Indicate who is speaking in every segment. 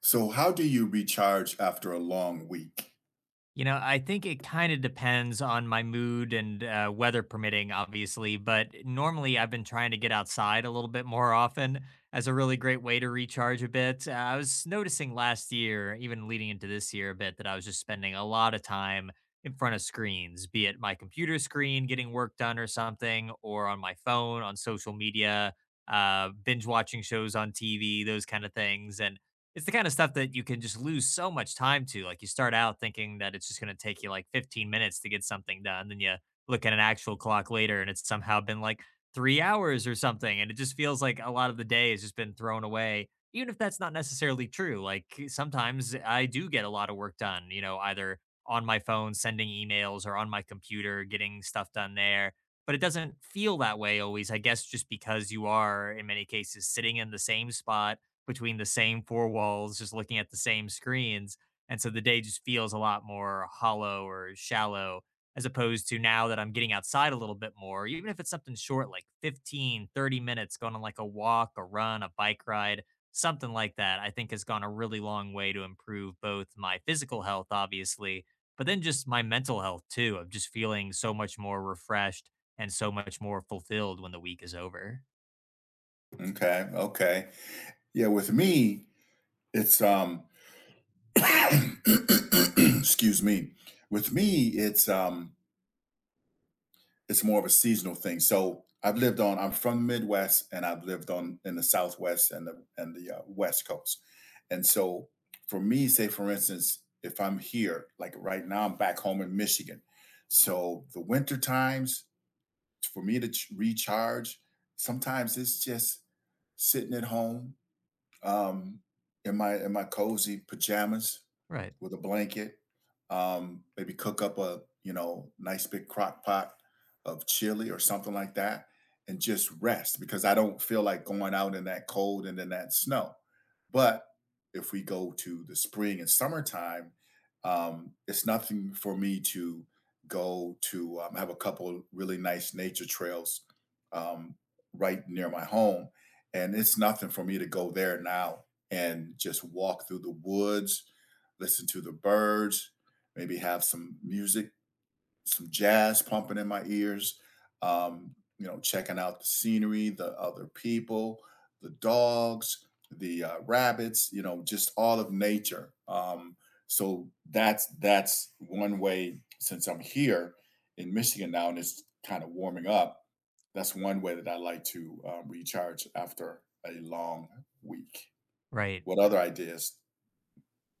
Speaker 1: So, how do you recharge after a long week?
Speaker 2: You know, I think it kind of depends on my mood and weather permitting, obviously. But normally, I've been trying to get outside a little bit more often as a really great way to recharge a bit. I was noticing last year, even leading into this year a bit, that I was just spending a lot of time in front of screens, be it my computer screen getting work done or something, or on my phone, on social media, binge watching shows on TV, those kind of things. And it's the kind of stuff that you can just lose so much time to. Like you start out thinking that it's just going to take you like 15 minutes to get something done. Then you look at an actual clock later and it's somehow been like 3 hours or something. And it just feels like a lot of the day has just been thrown away, even if that's not necessarily true. Like sometimes I do get a lot of work done, you know, either on my phone, sending emails or on my computer, getting stuff done there, but it doesn't feel that way always, I guess, just because you are in many cases sitting in the same spot between the same four walls, just looking at the same screens. And so the day just feels a lot more hollow or shallow, as opposed to now that I'm getting outside a little bit more, even if it's something short, like 15, 30 minutes, going on like a walk, a run, a bike ride, something like that, I think has gone a really long way to improve both my physical health, obviously, but then just my mental health too, of just feeling so much more refreshed and so much more fulfilled when the week is over.
Speaker 1: Okay, okay. Yeah, with me, it's excuse me. With me, it's it's more of a seasonal thing. So, I've lived on I'm from the Midwest and I've lived on in the Southwest and the West Coast. And so, for me, say for instance, if I'm here, like right now I'm back home in Michigan. So, the winter times for me to recharge, sometimes it's just sitting at home um, in my cozy pajamas
Speaker 2: Right,
Speaker 1: with a blanket, maybe cook up a, you know, nice big crock pot of chili or something like that and just rest because I don't feel like going out in that cold and in that snow. But if we go to the spring and summertime, it's nothing for me to go to have a couple really nice nature trails um, right near my home, and it's nothing for me to go there now and just walk through the woods, listen to the birds, maybe have some music, some jazz pumping in my ears, you know, checking out the scenery, the other people, the dogs, the rabbits, you know, just all of nature. So that's one way since I'm here in Michigan now and it's kind of warming up. That's one way that I like to recharge after a long week.
Speaker 2: right.
Speaker 1: What other ideas?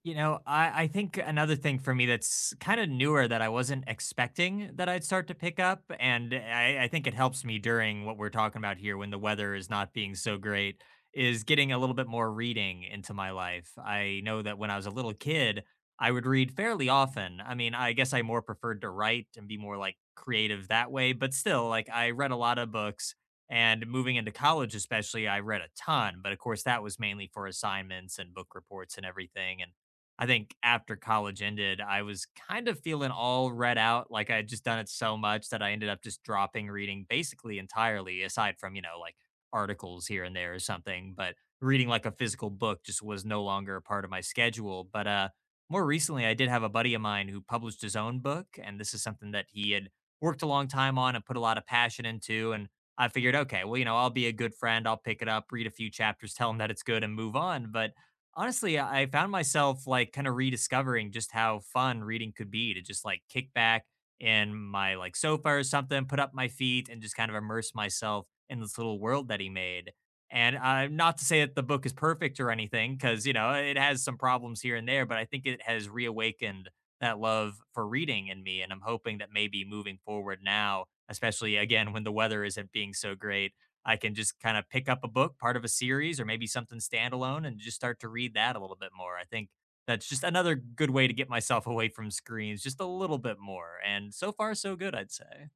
Speaker 2: You know, I think another thing for me that's kind of newer that I wasn't expecting that I'd start to pick up. And I think it helps me during what we're talking about here when the weather is not being so great is getting a little bit more reading into my life. I know that when I was a little kid, I would read fairly often. I mean, I guess I more preferred to write and be more like creative that way, but still, like I read a lot of books. And moving into college, especially, I read a ton. But of course, that was mainly for assignments and book reports and everything. And I think after college ended, I was kind of feeling all read out. Like I had just done it so much that I ended up just dropping reading basically entirely, aside from, you know, like articles here and there or something. But reading like a physical book just was no longer a part of my schedule. But more recently, I did have a buddy of mine who published his own book. And this is something that he had worked a long time on and put a lot of passion into. And I figured, okay, well, you know, I'll be a good friend. I'll pick it up, read a few chapters, tell him that it's good and move on. But honestly, I found myself, like, kinda rediscovering just how fun reading could be, to just, like, kick back in my, like, sofa or something, put up my feet, and just kind of immerse myself in this little world that he made, and, not to say that the book is perfect or anything, because you know, it has some problems here and there, but I think it has reawakened that love for reading in me, and I'm hoping that maybe moving forward now, especially, again, when the weather isn't being so great, I can just kind of pick up a book, part of a series, or maybe something standalone, and just start to read that a little bit more. I think that's just another good way to get myself away from screens just a little bit more. And so far, so good, I'd say.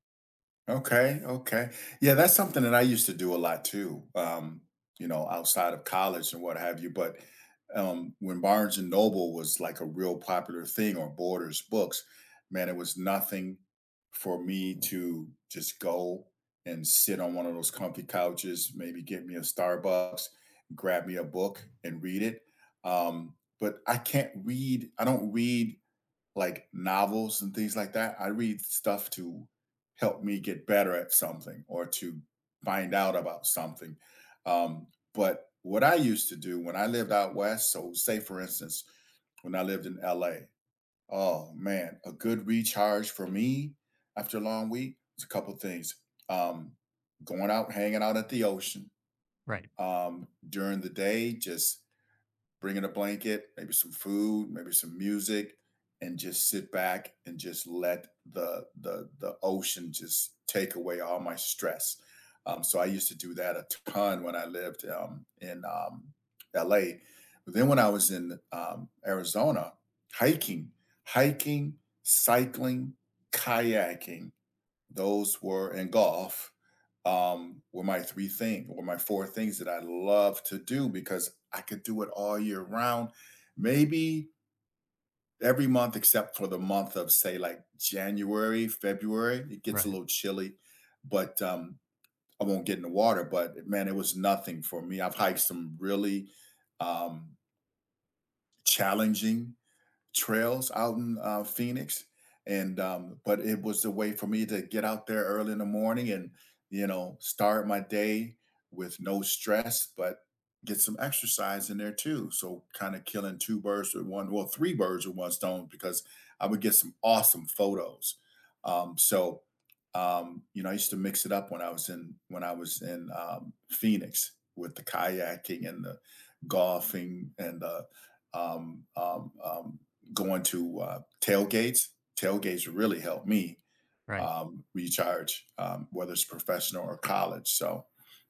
Speaker 1: Okay, okay. Yeah, that's something that I used to do a lot too, you know, outside of college and what have you. But when Barnes and Noble was like a real popular thing, or Borders books, man, it was nothing for me to just go and sit on one of those comfy couches, maybe get me a Starbucks, grab me a book and read it. But I can't read, I don't read like novels and things like that. I read stuff to help me get better at something or to find out about something. Um, but what I used to do when I lived out west, so say for instance, when I lived in LA, oh man, a good recharge for me after a long week was a couple things. Um, Going out, hanging out at the ocean
Speaker 2: Right,
Speaker 1: during the day, just bringing a blanket, maybe some food, maybe some music, and just sit back and just let the ocean just take away all my stress. So I used to do that a ton when I lived in L.A. But then when I was in Arizona, hiking, hiking, cycling, kayaking, those were and golf, were my 3 things, were my 4 things that I love to do because I could do it all year round. Maybe every month except for the month of, say, like, January, February, it gets a
Speaker 2: right,
Speaker 1: little chilly, but, I won't get in the water, but, man, it was nothing for me. I've hiked some really, um, challenging trails out in, Phoenix, and, but it was a way for me to get out there early in the morning and, you know, start my day with no stress, but get some exercise in there too. So kinda killing 2 birds with 1, well, 3 birds with 1 stone because I would get some awesome photos. Um, so, you know, I used to mix it up when I was in, Phoenix with the kayaking and the golfing and the, um, um, um, going to tailgates. Tailgates really help me
Speaker 2: right.
Speaker 1: recharge, whether it's professional or college. So,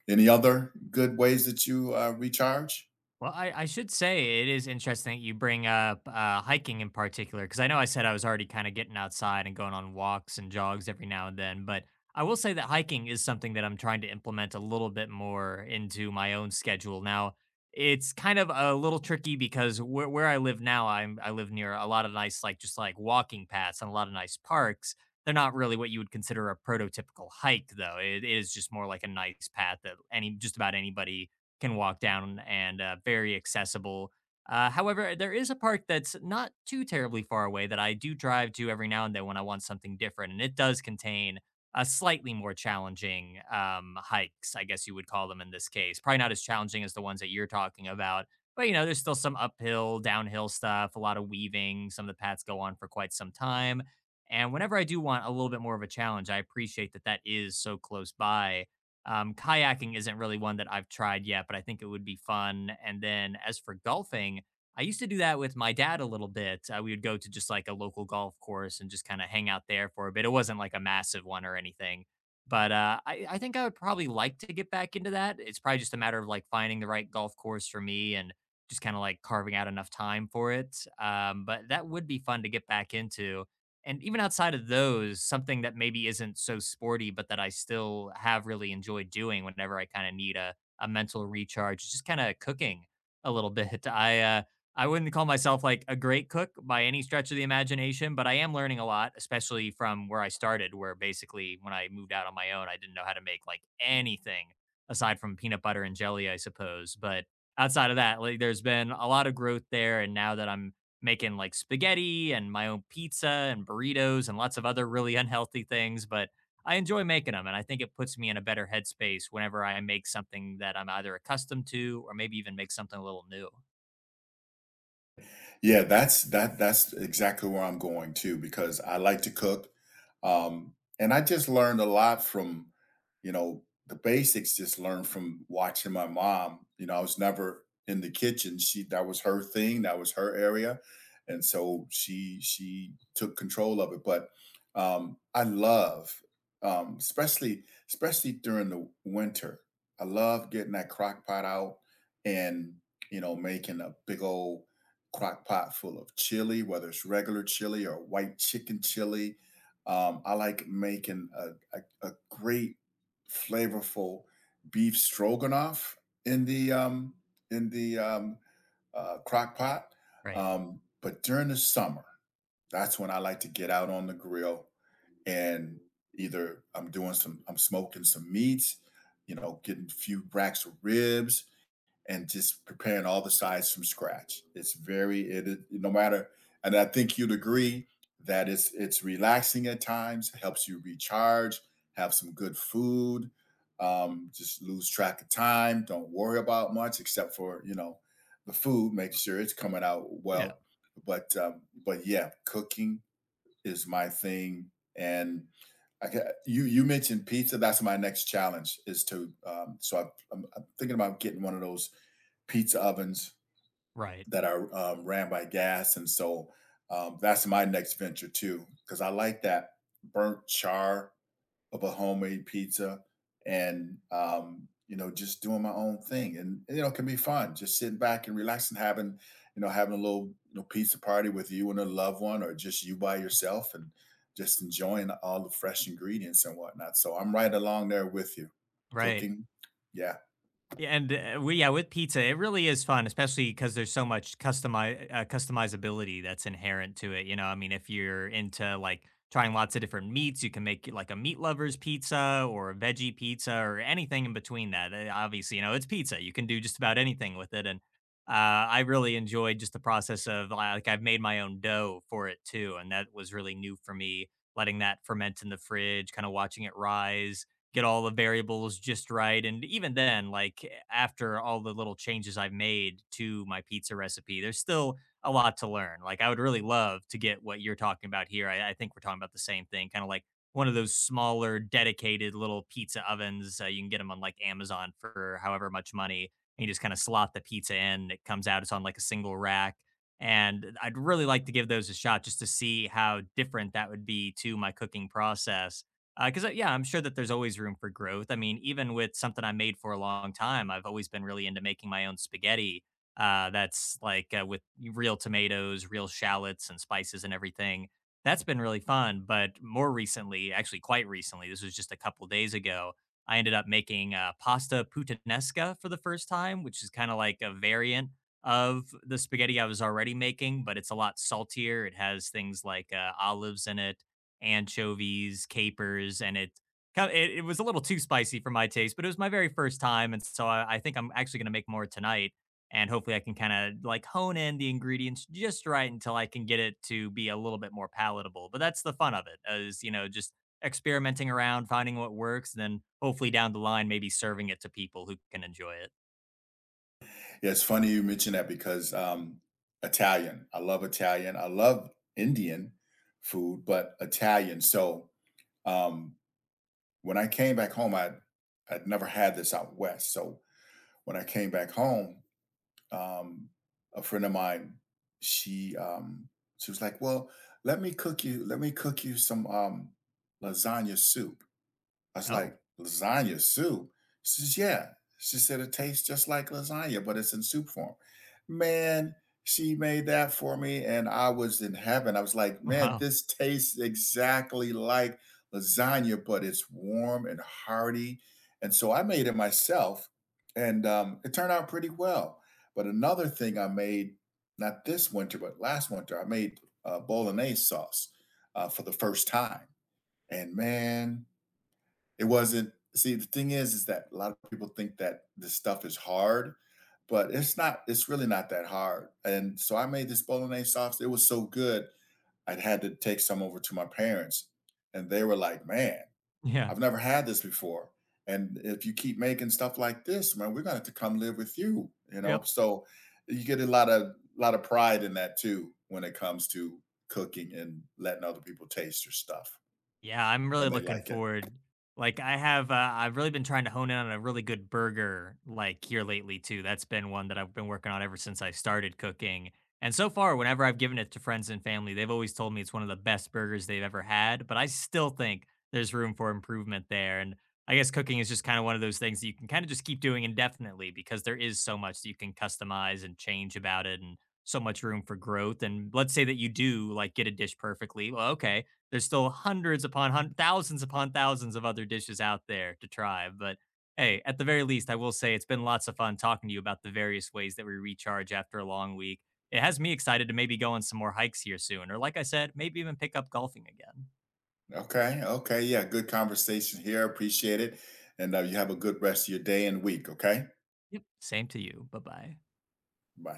Speaker 1: any other good ways that you recharge?
Speaker 2: Well, I should say it is interesting that you bring up hiking in particular, because I know I said I was already kind of getting outside and going on walks and jogs every now and then. But I will say that hiking is something that I'm trying to implement a little bit more into my own schedule. Now, it's kind of a little tricky because where I live now, I live near a lot of nice, like just like walking paths and a lot of nice parks. They're not really what you would consider a prototypical hike, though. It is just more like a nice path that any just about anybody can walk down and very accessible. However, there is a park that's not too terribly far away that I do drive to every now and then when I want something different, and it does contain a slightly more challenging hikes, I guess you would call them in this case. Probably not as challenging as the ones that you're talking about, but you know, there's still some uphill, downhill stuff, a lot of weaving. Some of the paths go on for quite some time, and whenever I do want a little bit more of a challenge, I appreciate that that is so close by. Kayaking isn't really one that I've tried yet, but I think it would be fun. And then as for golfing, I used to do that with my dad a little bit. We would go to just like a local golf course and just kind of hang out there for a bit. It wasn't like a massive one or anything, but I think I would probably like to get back into that. It's probably just a matter of like finding the right golf course for me and just kind of like carving out enough time for it. But that would be fun to get back into. And even outside of those, something that maybe isn't so sporty, but that I still have really enjoyed doing whenever I kind of need a mental recharge, is just kind of cooking a little bit. I wouldn't call myself like a great cook by any stretch of the imagination, but I am learning a lot, especially from where I started, where basically when I moved out on my own, I didn't know how to make like anything aside from peanut butter and jelly, I suppose. But outside of that, like there's been a lot of growth there, and now that I'm making like spaghetti and my own pizza and burritos and lots of other really unhealthy things, but I enjoy making them. And I think it puts me in a better headspace whenever I make something that I'm either accustomed to or maybe even make something a little new.
Speaker 1: Yeah, that's exactly where I'm going to because I like to cook. Um, and I just learned a lot from, you know, the basics, just learned from watching my mom. You know, I was never in the kitchen. She, that was her thing, that was her area. And so she took control of it. But I love especially, especially during the winter. I love getting that crock pot out and, you know, making a big old crock pot full of chili, whether it's regular chili or white chicken chili. I like making a great flavorful beef stroganoff in the in the um, crock pot.
Speaker 2: Right.
Speaker 1: But during the summer, that's when I like to get out on the grill, and either I'm doing some, I'm smoking some meats, you know, getting a few racks of ribs, and just preparing all the sides from scratch. It's very it, no matter, and I think you'd agree that it's relaxing at times, helps you recharge, have some good food, just lose track of time, don't worry about much except for, you know, the food, make sure it's coming out
Speaker 2: Yeah.
Speaker 1: well. But yeah, cooking is my thing, and you, you mentioned pizza. That's my next challenge is to so I'm thinking about getting one of those pizza ovens
Speaker 2: Right.
Speaker 1: that are ran by gas, and so that's my next venture too because I like that burnt char of a homemade pizza, and you know, just doing my own thing, and you know it can be fun just sitting back and relaxing, having, you know, having a little, you know, pizza party with you and a loved one, or just you by yourself, and just enjoying all the fresh ingredients and whatnot. So I'm right along there with you,
Speaker 2: Right.
Speaker 1: cooking, yeah.
Speaker 2: Yeah, and, we yeah, with pizza, it really is fun, especially because there's so much customizability that's inherent to it, you know, I mean, if you're into, like, trying lots of different meats, you can make, like, a meat lover's pizza or a veggie pizza or anything in between that, eh, obviously, you know, it's pizza, you can do just about anything with it, and, I really enjoyed just the process of, like, I've made my own dough for it too, and that was really new for me, letting that ferment in the fridge, kinda watching it rise, get all the variables just right. And even then, like after all the little changes I've made to my pizza recipe, there's still a lot to learn. Like I would really love to get what you're talking about here. I think we're talking about the same thing, kind of like one of those smaller, dedicated little pizza ovens. You can get them on like Amazon for however much money. And you just kind of slot the pizza in. It comes out. It's on like a single rack. And I'd really like to give those a shot just to see how different that would be to my cooking process because, yeah, I'm sure that there's always room for growth. I mean, even with something I made for a long time, I've always been really into making my own spaghetti. That's with real tomatoes, real shallots, and spices and everything. That's been really fun. But more recently, actually, quite recently, this was just a couple days ago, I ended up making pasta puttanesca for the first time, which is kind of like a variant of the spaghetti I was already making, but it's a lot saltier. It has things like olives in it, anchovies, capers, and it kind of, it was a little too spicy for my taste, but it was my very first time, and so I think I'm actually gonna make more tonight, and hopefully I can kind of like hone in the ingredients just right until I can get it to be a little bit more palatable. But that's the fun of it, is you know just experimenting around, finding what works, and then hopefully down the line maybe serving it to people who can enjoy it.
Speaker 1: Yeah, it's funny you mention that because Italian. I love Italian. I love Indian food, but Italian. So um, when I came back home, I'd never had this out west. So when I came back home, um, a friend of mine, she um, she was like, "Well, let me cook you. Let me cook you some lasagna soup." I was
Speaker 2: Oh,
Speaker 1: like, lasagna soup? She says, yeah. She said, it tastes just like lasagna, but it's in soup form. Man, she made that for me, and I was in heaven. I was like, man,
Speaker 2: wow,
Speaker 1: this tastes exactly like lasagna, but it's warm and hearty. And so I made it myself, and it turned out pretty well. But another thing I made, not this winter, but last winter, I made bolognese sauce for the first time. And man, it wasn't, see, the thing is that a lot of people think that this stuff is hard, but it's not, it's really not that hard, and so I made this bolognese sauce, it was so good, I'd had to take some over to my parents, and they were like, "Man,
Speaker 2: yeah,
Speaker 1: I've never had this before, and if you keep making stuff like this, man, we're gonna have to come live with you," you know,
Speaker 2: yep.
Speaker 1: so you get a lot of pride in that too when it comes to cooking and letting other people taste your stuff,
Speaker 2: Yeah, I'm really
Speaker 1: and they
Speaker 2: looking
Speaker 1: like it.
Speaker 2: forward. Like I've really been trying to hone in on a really good burger like here lately too. That's been one that I've been working on ever since I started cooking. And so far, whenever I've given it to friends and family, they've always told me it's one of the best burgers they've ever had. But I still think there's room for improvement there. And I guess cooking is just kind of one of those things that you can kind of just keep doing indefinitely because there is so much that you can customize and change about it and so much room for growth. And let's say that you do like get a dish perfectly. Well, okay, there's still hundreds upon thousands upon thousands of other dishes out there to try. But hey, at the very least, I will say it's been lots of fun talking to you about the various ways that we recharge after a long week. It has me excited to maybe go on some more hikes here soon, or like I said, maybe even pick up golfing again.
Speaker 1: Okay, okay, yeah, good conversation here, appreciate it, and, you have a good rest of your day and week, okay?
Speaker 2: Yep. Same to you. Bye bye.
Speaker 1: Bye.